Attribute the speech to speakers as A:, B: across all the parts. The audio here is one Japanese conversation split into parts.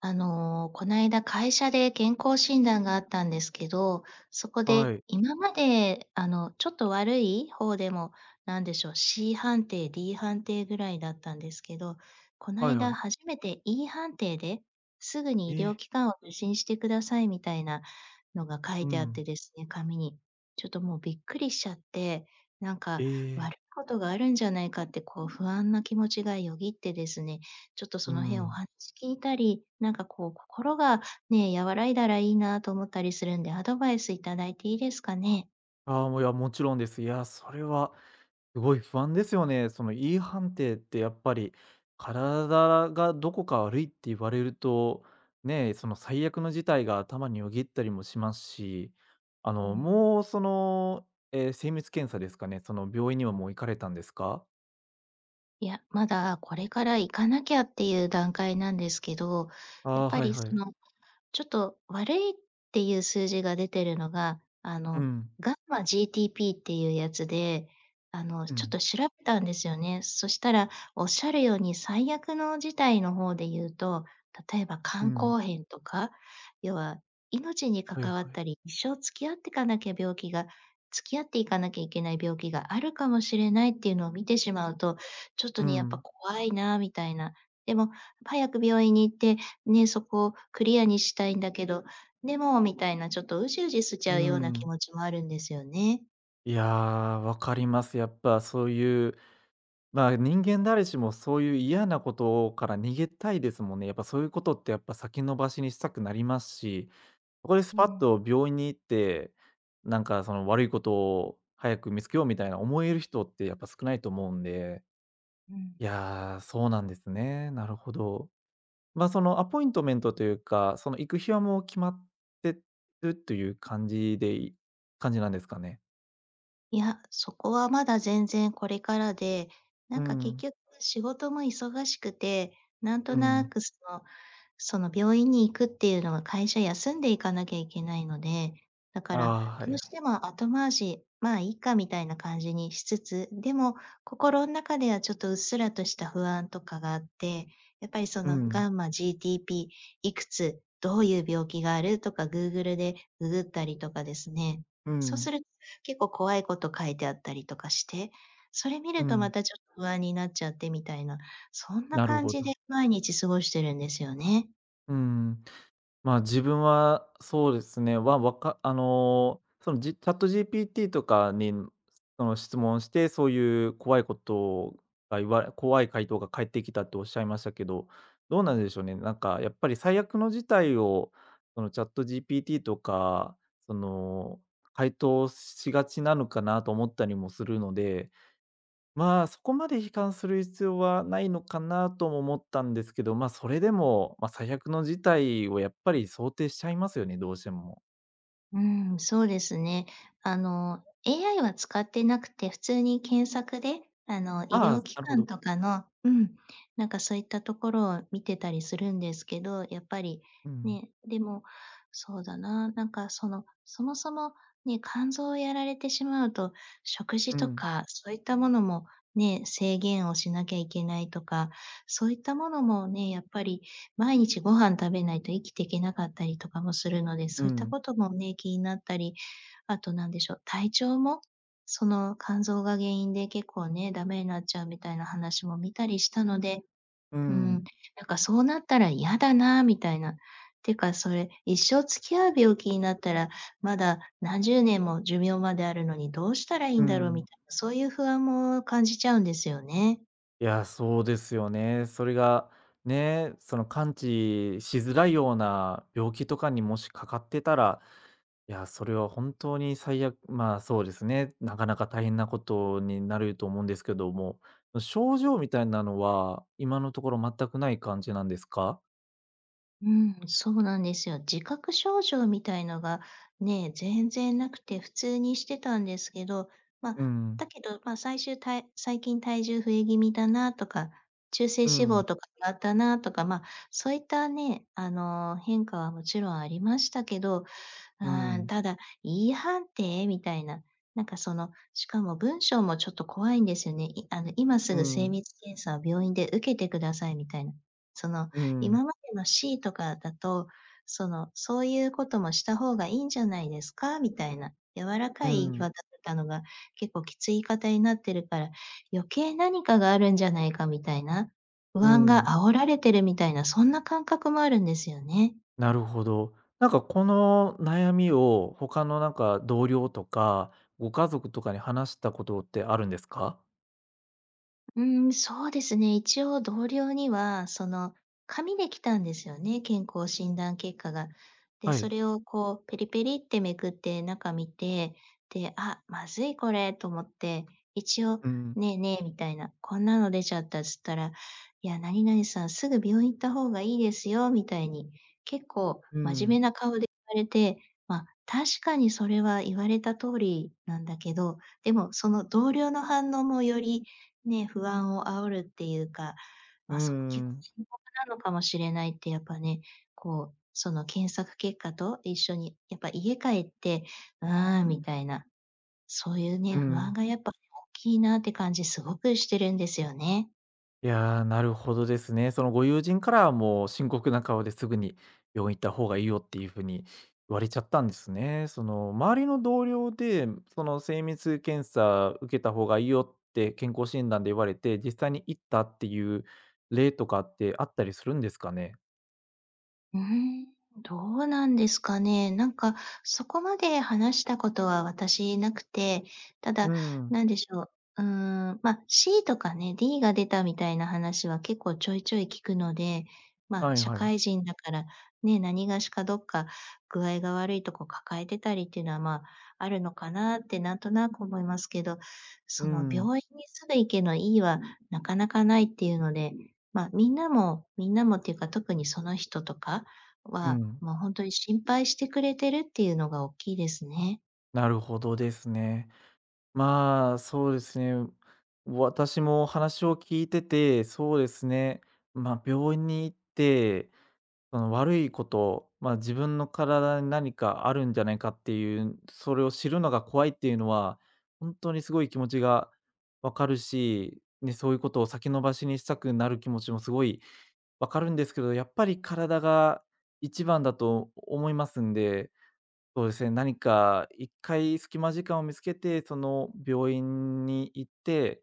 A: こないだ会社で健康診断があったんですけど、そこで
B: はい。
A: 今まで、ちょっと悪い方でも、なんでしょう、C 判定、D 判定ぐらいだったんですけど、こな
B: は
A: い
B: いは
A: だ
B: い。
A: 初めて E 判定ですぐに
B: え
A: 医療
B: え。
A: 機関を受診してくださいみたいなのが書
B: う
A: いてあっ
B: ん。
A: てですね、紙に。ちょっともうびっくりしちゃって、なんか
B: え
A: 悪い
B: え。
A: ことがあるんじゃないかってこう不安な気持ちがよぎってですね、ちょっと
B: う
A: その辺お
B: ん。
A: 話聞いたり、なんかこう心がね、和らいだらいいなと思ったりするんで、アドバイスいただいていいですかね？
B: ああ、もう、いや、もちろんです。いや、それはすごい不安ですよね。その E 判定ってやっぱり、体がどこか悪いって言われると、ね、その最悪の事態が頭によぎったりもしますし、
A: うん。
B: もうその、精密検査ですかね、その病院にはもう行かれたんですか？
A: いや、まだこれから行かなきゃっていう段階なんですけど、やっ
B: ああー、
A: ぱ
B: はい
A: り
B: は
A: そ
B: い。
A: のちょっと悪いっていう数字が出てるのが、
B: うん。
A: ガンマ GTP っていうやつで、
B: う
A: ちょっ
B: ん。
A: と調べたんですよね。そしたら、おっしゃるように最悪の事態の方で言うと、例えば
B: う
A: 肝
B: ん。
A: 硬変とか、要は命に
B: はい
A: 関わっ
B: は
A: た
B: い。
A: り、一生付き合っていかなきゃ病気が付き合っていかなきゃいけない病気があるかもしれないっていうのを見てしまうと、ちょっと
B: う
A: ね、やっぱ
B: ん。
A: 怖いなみたいな。でも、早く病院に行ってね、そこをクリアにしたいんだけど、でもみたいなちょっとうじうじしち
B: う
A: ゃうような気
B: ん。
A: 持ちもあるんですよね。
B: いやー、わかります。やっぱそういう、まあ、人間誰しもそういう嫌なことから逃げたいですもんね。やっぱそういうことってやっぱ先延ばしにしたくなりますし、そこでス
A: う
B: パッ
A: ん、
B: と病院に行って、なんかその悪いことを早く見つけようみたいな思える人ってやっぱ少ないと思うんで、
A: うん。
B: いやー、そうなんですね。なるほど。ま、あそのアポイントメントというか、その行く日はもう決まってるという感じでい感じなんですかね？
A: いや、そこはまだ全然これからで、な
B: う
A: んか結
B: ん、
A: 局仕事も忙しくて、なんと
B: う
A: な
B: ん。
A: くその病院に行くっていうのは会社休んでいかなきゃいけないので、だか
B: あ
A: ら
B: あ、は
A: どうし
B: い。
A: ても後回し、まあいいかみたいな感じにしつつ、でも心の中ではちょっとうっすらとした不安とかがあって、やっぱりそ
B: う
A: の
B: ん、
A: ガンマ GTP いくつ、どういう病気があるとか Google でググったりとかですね。
B: う
A: そう
B: ん、
A: する結構怖いこと書いてあったりとかして、それ見
B: う
A: るとま
B: ん。
A: たちょっと不安になっちゃってみたいな、そんな
B: なる
A: 感
B: ほ
A: じで
B: ど。
A: 毎日過ごしてるんですよね。
B: うん。ま、自分はそうですね、は、わかあの、その、じ ChatGPT とかに、その、質問して、そういう怖いことが言われ怖い回答が返ってきたっておっしゃいましたけど、どうなんでしょうね。なんか、やっぱり最悪の事態を、ChatGPT とか、その、回答しがちなのかなと思ったりもするので、まあ、そこまで悲観する必要はないのかなとも思ったんですけど、ま、あそれでも、まあ、最悪の事態をやっぱり想定しちゃいますよね、どうしても。
A: うん、そうですね。AI は使ってなくて、普通に検索で、医
B: ああ、
A: 療機
B: なるほ
A: 関
B: ど。
A: とかのうん、なんかそういったところを見てたりするんですけど、やっぱり、
B: うん。
A: ね、でも、そうだな、なんかその、そもそもね、肝臓をやられてしまうと、食
B: う
A: 事と
B: ん。
A: かそういったものもね、制限をしなきゃいけないとか、そういったものもね、やっぱり毎日ご飯食べないと生きていけなかったりとかもするので、
B: う
A: そういった
B: ん。
A: こともね、気になったり、あとなんでしょう、体調も、その肝臓が原因で結構ね、ダメになっちゃうみたいな話も見たりしたので、
B: う
A: うん、
B: ん。
A: なんかそうなったら嫌だなみたいな。てかそれ、一生付き合う病気になったら、まだ何十年も寿命まであるのにどうしたらいい
B: う
A: んだろうみ
B: ん。
A: たいな、そういう不安も感じちゃうんですよね。
B: いや、そうですよね。それが、ね、その完治しづらいような病気とかにもしかかってたら、いや、それは本当に最悪、まあ、そうですね。なかなか大変なことになると思うんですけども、症状みたいなのは、今のところ全くない感じなんですか？
A: うん、そうなんですよ。自覚症状みたいのがね、全然なくて普通にしてたんですけど、ま
B: う
A: あ、
B: ん、
A: だけど、まあ、最終た最近体重増え気味だなとか、中性
B: う
A: 脂
B: ん、
A: 肪とかがあったなとか、まあ、そういったね、変化はもちろんありましたけど、
B: う
A: ああ、
B: ん、
A: ただ、言い判定みたいな、なんかその、しかも文章もちょっと怖いんですよね。いあの、今す
B: う
A: ぐ精
B: ん、
A: 密検査を病院で受けてくださいみたいな。その、
B: うん、
A: 今までの C とかだと、その、そういうこともした方がいいんじゃないですかみたいな。柔ら
B: う
A: かい言い
B: ん、
A: 方だったのが、結構きつい言い方になってるから、余計何かがあるんじゃないかみたいな、不
B: う
A: 安が
B: ん。
A: 煽られてるみたいな、そんな感覚もあるんですよね。
B: なるほど。なんかこの悩みを他のなんか同僚とか、ご家族とかに話したことってあるんですか？
A: うーん、そうですね。一応同僚には、その、紙で来たんですよね、健康診断結果が。で、
B: は
A: そ
B: い。
A: れをこうペリペリってめくって中見て、で、あ、まずいこれと思って、一応、
B: うん、
A: ねえねえみたいな、こんなの出ちゃったっつったら、いや、何々さんすぐ病院行った方がいいですよみたいに、結構
B: う
A: 真
B: ん、
A: 面目な顔で言われて、まあ、確かにそれは言われた通りなんだけど、でもその同僚の反応もよりね、不安を煽るっていうか、
B: う
A: ま
B: ん
A: あ、そこ
B: う
A: 結構
B: ん、
A: 深刻なのかもしれないってやっぱね、こう、その検索結果と一緒にやっぱ家帰って、「ああ」みたいな、そういうね、
B: う
A: 不安
B: ん。
A: がやっぱ大きいなって感じすごくしてるんですよね。
B: いやー、なるほどですね。そのご友人からはもう深刻な顔ですぐに病院行った方がいいよっていう風に言われちゃったんですね。その周りの同僚で、その精密検査受けた方がいいよって健康診断で言われて、実際に行ったっていう例とかってあったりするんですかね？
A: うーん、どうなんですかね。なんか、そこまで話したことは私なくて、た
B: う
A: だ、
B: ん、
A: なんでしょう、うーん、まあ、C とかね、D が出たみたいな話は結構ちょいちょい聞くので、まあ、
B: はい
A: 社
B: はい。
A: 会人だから、ね、何がしかどっか具合が悪いとこ抱えてたりっていうのは、まあ、あるのかなってなんとなく思いますけど、
B: う
A: その
B: ん、
A: 病院にすぐ行けの E はなかなかないっていうので、まあ、みんなもっていうか、特にその人とか
B: う
A: は、
B: ん、
A: まあ本当に心配してくれてるっていうのが大きいですね。
B: なるほどですね。まあ、そうですね。私も話を聞いてて、そうですね、まあ、病院に行って、その悪いこと、まあ、自分の体に何かあるんじゃないかっていう、それを知るのが怖いっていうのは、本当にすごい気持ちがわかるし、ね、そういうことを先延ばしにしたくなる気持ちもすごいわかるんですけど、やっぱり体が一番だと思いますんで、そうですね、何か一回隙間時間を見つけて、その病院に行って、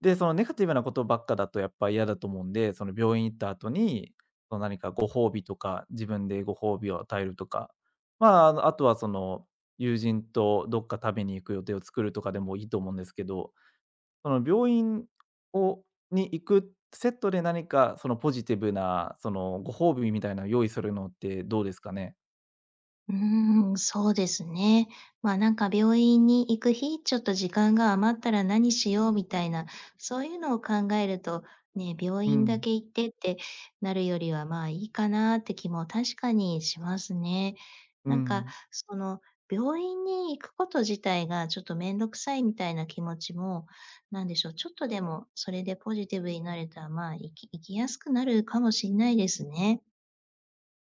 B: で、そのネガティブなことばっかだとやっぱ嫌だと思うんで、その病院行った後に、その何かご褒美とか、自分でご褒美を与えるとか、まあ、あのあとはその友人とどっか食べに行く予定を作るとかでもいいと思うんですけど、その病院をに行くセットで何かそのポジティブなそのご褒美みたいなのを用意するのってどうですかね？
A: うーん、そうですね。ま、なんか病院に行く日、ちょっと時間が余ったら何しようみたいな、そういうのを考えると、ね、病
B: う
A: 院だ
B: ん、
A: け行ってってなるよりは、まあ、いいかなって気も確かにしますね。
B: う
A: なんか、
B: ん。
A: その、病院に行くこと自体がちょっとめんどくさいみたいな気持ちも、なんでしょう、ちょっとでもそれでポジティブになれたら、まあ、生き生きやすくなるかもしんないですね。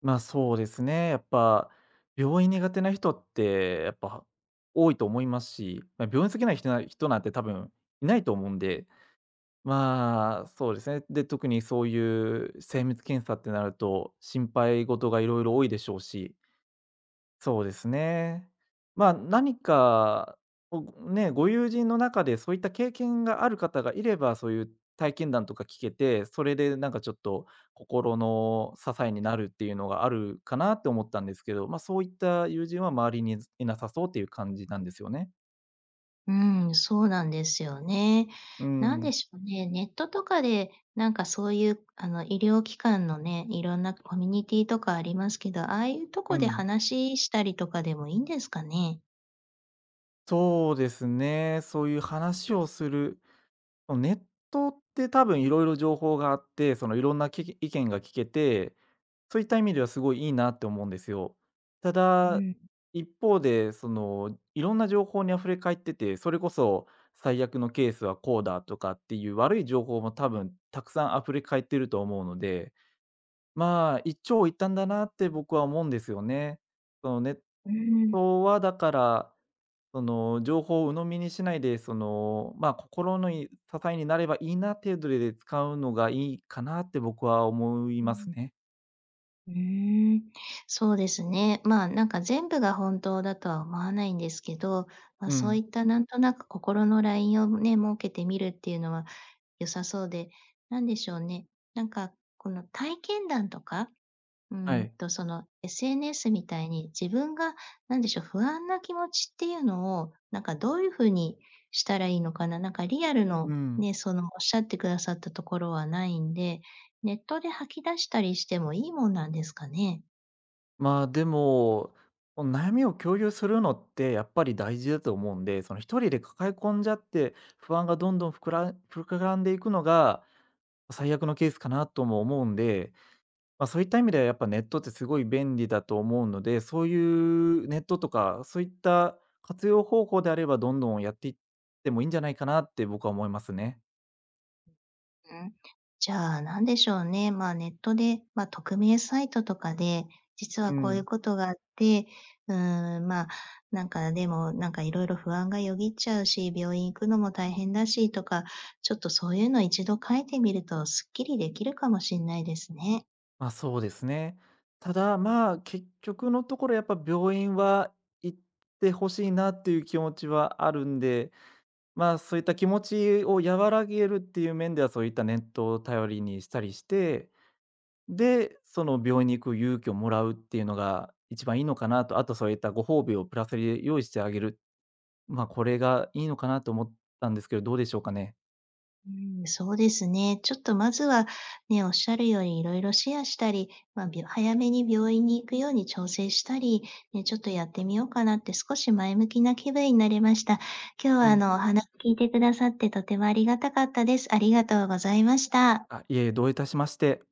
B: ま、あそうですね。やっぱ、病院苦手な人って、やっぱ多いと思いますし、まあ、病院好きな人なんて多分いないと思うんで、まあ、そうですね。で、特にそういう精密検査ってなると、心配事がいろいろ多いでしょうし、そうですね。まあ、何か、ね、ご友人の中でそういった経験がある方がいれば、そういう体験談とか聞けて、それでなんかちょっと心の支えになるっていうのがあるかなって思ったんですけど、まあ、そういった友人は周りにいなさそうっていう感じなんですよね。
A: うん、そうなんですよね。
B: う
A: なん
B: ん。
A: でしょうね、ネットとかで、なんかそういう、医療機関のね、いろんなコミュニティとかありますけど、ああいうと
B: う
A: こで
B: ん。
A: 話したりとかでもいいんですかね？
B: そうですね。そういう話をする。ネットって多分いろいろ情報があって、そのいろんな意見が聞けて、そういった意味ではすごいいいなって思うんですよ。た
A: う
B: だ、
A: ん。
B: 一方で、その、いろんな情報に溢れ返ってて、それこそ最悪のケースはこうだとかっていう悪い情報も多分たくさん溢れ返ってると思うので、まあ、一長一短だなって僕は思うんですよね。そのネッ
A: うん。
B: トはだから、その情報を鵜呑みにしないで、その、まあ、心のい支えになればいいな程度で使うのがいいかなって僕は思いますね。
A: うーん、そうですね。まあ、なんか全部が本当だとは思わないんですけど、まあ、
B: う
A: そう
B: ん。
A: いったなんとなく心のラインをね、設けてみるっていうのは良さそうで、なんでしょうね。なんかこの体験談とか、うー
B: はい。
A: その SNS みたいに自分がなんでしょう、不安な気持ちっていうのを、なんかどういう風にしたらいいのかな、なんかリアルの
B: うん。
A: ね、そのおっしゃってくださったところはないんで、ネットで吐き出したりしてもいいもんなんですかね？
B: まあ、でも、この悩みを共有するのってやっぱり大事だと思うんで、その一人で抱え込んじゃって、不安がどんどん膨らんでいくのが、最悪のケースかなとも思うんで、まあ、そういった意味ではやっぱネットってすごい便利だと思うので、そういうネットとか、そういった活用方法であれば、どんどんやっていってもいいんじゃないかなって僕は思いますね。
A: うん。じゃあ、なんでしょうね。まあ、ネットで、まあ、匿名サイトとかで、実
B: う
A: はこうい
B: ん。
A: うことがあって、うーん、まあ、なんかでも、なんかいろいろ不安がよぎっちゃうし、病院行くのも大変だしとか、ちょっとそういうの一度書いてみるとすっきりできるかもしれないですね。
B: ま、そうですね。ただ、まあ、結局のところやっぱ病院は行ってほしいなっていう気持ちはあるんで、まあ、そういった気持ちを和らげるっていう面では、そういったネットを頼りにしたりして、で、その病院に行く勇気をもらうっていうのが一番いいのかなと、あとそういったご褒美をプラスで用意してあげる、ま、あこれがいいのかなと思ったんですけど、どうでしょうかね？
A: うん、そうですね。ちょっとまずは、ね、おっしゃるようにいろいろシェアしたり、まあ、早めに病院に行くように調整したり、ね、ちょっとやってみようかなって少し前向きな気分になれました。今日は
B: う
A: あ
B: ん。
A: の、おん。話聞いてくださってとてもありがたかったです。ありがとうございました。
B: あ、いえいえ、どういたしまして。